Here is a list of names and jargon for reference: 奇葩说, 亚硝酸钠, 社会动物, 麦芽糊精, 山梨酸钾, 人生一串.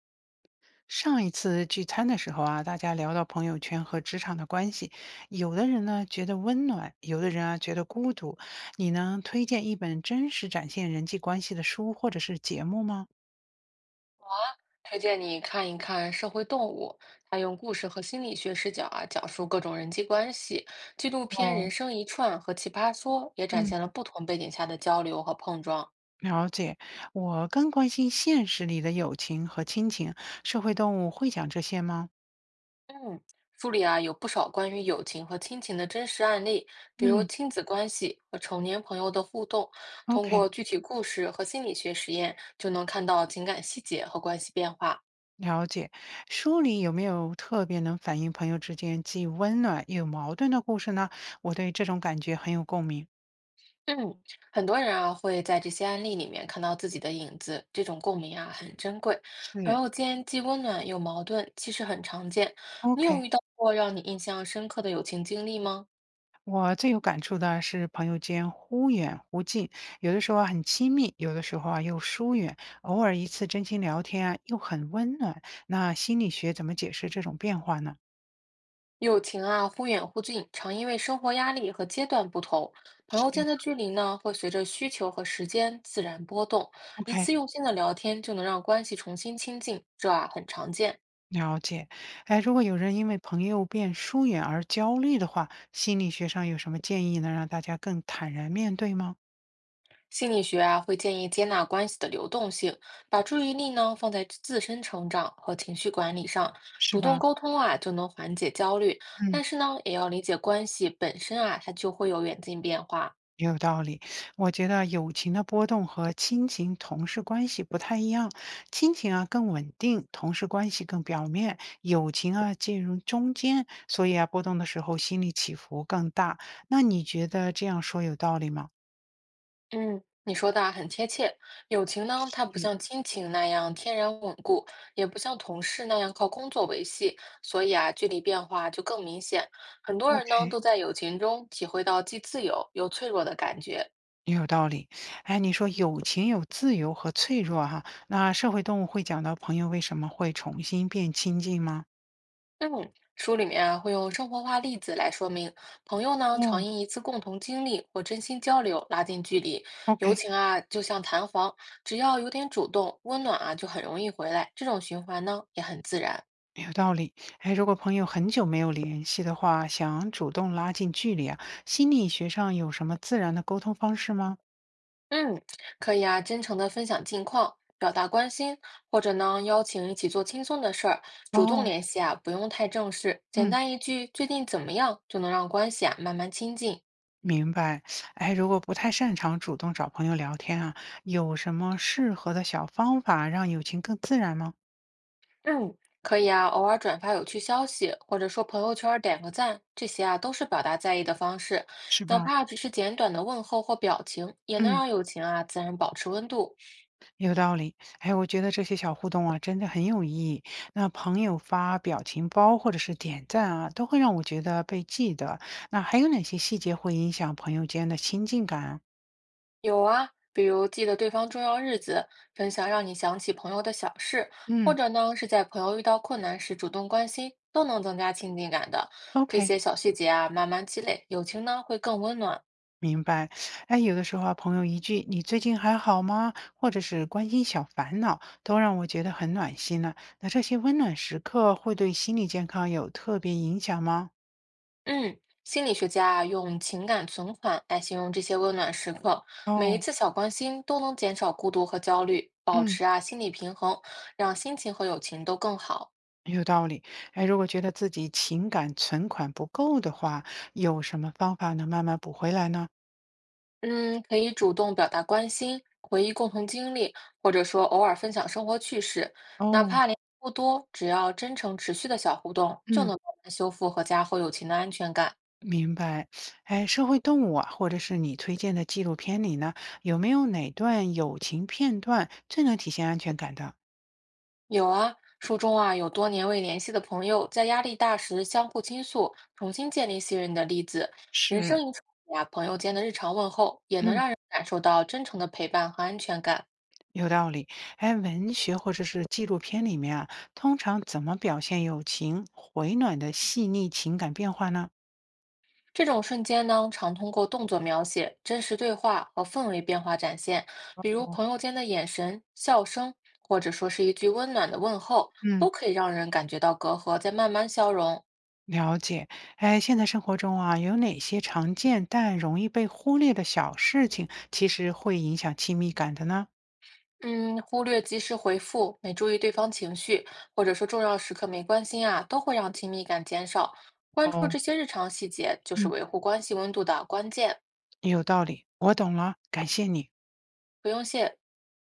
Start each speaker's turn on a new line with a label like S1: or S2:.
S1: 上一次聚餐的时候啊，大家聊到朋友圈和职场的关系，有的人呢觉得温暖，有的人啊觉得孤独。你能推荐一本真实展现人际关系的书或者是节目吗？
S2: 推荐你看一看《社会动物》，它用故事和心理学视角啊，讲述各种人际关系。纪录片
S1: 哦，
S2: 《人生一串》和《奇葩说》也展
S1: 嗯，
S2: 现了不同背景下的交流和碰撞。
S1: 了解。我更关心现实里的友情和亲情，社会动物会讲这些吗？
S2: 嗯，书里啊有不少关于友情和亲情的真实案例，比如
S1: 嗯
S2: 亲子关系和成年朋友的互动，通
S1: ，OK，
S2: 过具体故事和心理学实验，就能看到情感细节和关系变化。
S1: 了解。书里有没有特别能反映朋友之间既温暖又矛盾的故事呢？我对这种感觉很有共鸣。
S2: 嗯，很多人啊会在这些案例里面看到自己的影子，这种共鸣啊很珍贵。朋
S1: 是。
S2: 友间既温暖又矛盾，其实很常见。你有
S1: OK，
S2: 遇到过让你印象深刻的友情经历吗？
S1: 我最有感触的是朋友间忽远忽近，有的时候啊很亲密，有的时候啊又疏远，偶尔一次真心聊天啊又很温暖。那心理学怎么解释这种变化呢？
S2: 友情啊忽远忽近，常因为生活压力和阶段不同，朋友
S1: 是
S2: 间的距离呢会随着需求和时间自然波动。一
S1: OK，
S2: 次用心的聊天就能让关系重新亲近，这啊很常见。
S1: 了解。哎，如果有人因为朋友变疏远而焦虑的话，心理学上有什么建议能让大家更坦然面对吗？
S2: 心理学啊，会建议接纳关系的流动性，把注意力呢放在自身成长和情绪管理上，
S1: 是
S2: 主动
S1: 吧？
S2: 沟通啊，就能缓解焦虑。
S1: 嗯。
S2: 但是呢，也要理解关系本身啊，它就会有远近变化。
S1: 也有道理，我觉得友情的波动和亲情、同事关系不太一样。亲情啊更稳定，同事关系更表面，友情啊介入中间，所以啊波动的时候心理起伏更大。那你觉得这样说有道理吗
S2: 嗯，你说的啊很贴切。友情呢，它不
S1: 嗯，是
S2: 像亲情那样天然稳固，也不像同事那样靠工作维系，所以啊，距离变化就更明显。很多人呢，
S1: ？OK，
S2: 都在友情中体会到既自由又脆弱的感觉。
S1: 也有道理。哎，你说友情有自由和脆弱哈，那社会动物会讲到朋友为什么会重新变亲近吗？
S2: 嗯，书里面啊会用生活化例子来说明，朋友呢
S1: 哦
S2: 常因一次共同经历或真心交流拉近距离，友
S1: ，OK。
S2: 情啊就像弹簧，只要有点主动，温暖啊就很容易回来，这种循环呢也很自然。
S1: 有道理，哎，如果朋友很久没有联系的话，想主动拉近距离啊，心理学上有什么自然的沟通方式吗？
S2: 嗯，可以啊，真诚的分享近况，表达关心，或者呢邀请一起做轻松的事儿，主动
S1: 哦，
S2: 联系啊不用太正式，简
S1: 嗯，
S2: 单一句最近怎么样就能让关系啊慢慢亲近。
S1: 明白。哎，如果不太擅长主动找朋友聊天啊，有什么适合的小方法让友情更自然吗？
S2: 嗯，可以啊，偶尔转发有趣消息，或者说朋友圈儿点个赞，这些啊都是表达在意的方式。
S1: 是
S2: 哪
S1: 吧？
S2: 怕只是简短的问候或表情，也能
S1: 嗯，
S2: 让友情啊自然保持温度。
S1: 有道理。哎，我觉得这些小互动啊，真的很有意义。那朋友发表情包或者是点赞啊，都会让我觉得被记得。那还有哪些细节会影响朋友间的亲近感啊
S2: 有啊，比如记得对方重要日子，分享让你想起朋友的小事，或
S1: 嗯
S2: 者呢是在朋友遇到困难时主动关心，都能增加亲近感的。这
S1: ，OK，
S2: 些小细节啊，慢慢积累，友情呢会更温暖。
S1: 明白。哎，有的时候啊，朋友一句“你最近还好吗”，或者是关心小烦恼，都让我觉得很暖心了。那这些温暖时刻会对心理健康有特别影响吗？
S2: 嗯，心理学家啊用情感存款来形容这些温暖时刻，每一
S1: 哦，
S2: 次小关心都能减少孤独和焦虑，保
S1: 嗯，
S2: 持啊心理平衡，让心情和友情都更好。
S1: 有道理。哎，如果觉得自己情感存款不够的话，有什么方法能慢慢补回来呢？
S2: 嗯，可以主动表达关心，回忆共同经历，或者说偶尔分享生活趣事，哪
S1: 哦，
S2: 怕联系不多，只要真诚持续的小互动，就能
S1: 嗯。
S2: 慢慢修复和加厚友情的安全感。
S1: 明白，哎，社会动物啊，或者是你推荐的纪录片里呢，有没有哪段友情片段最能体现安全感的？
S2: 有啊，书中啊有多年未联系的朋友在压力大时相互倾诉，重新建立信任的例子。人生
S1: 是，
S2: 一场啊，朋友间的日常问候也能
S1: 嗯，
S2: 让人感受到真诚的陪伴和安全感。
S1: 有道理。哎，文学或者是纪录片里面啊，通常怎么表现友情回暖的细腻情感变化呢？
S2: 这种瞬间呢，常通过动作描写、真实对话和氛围变化展现，比如朋友间的眼神、笑声，或者说是一句温暖的问候，
S1: 嗯，
S2: 都可以让人感觉到隔阂在慢慢消融。
S1: 了解。哎，现在生活中啊，有哪些常见但容易被忽略的小事情，其实会影响亲密感的呢？
S2: 嗯，忽略及时回复，没注意对方情绪，或者说重要时刻没关心啊，都会让亲密感减少。关注
S1: 哦，
S2: 这些日常细节，就是
S1: 嗯，
S2: 维护关系温度的关键。
S1: 有道理，我懂了，感谢你。
S2: 不用谢。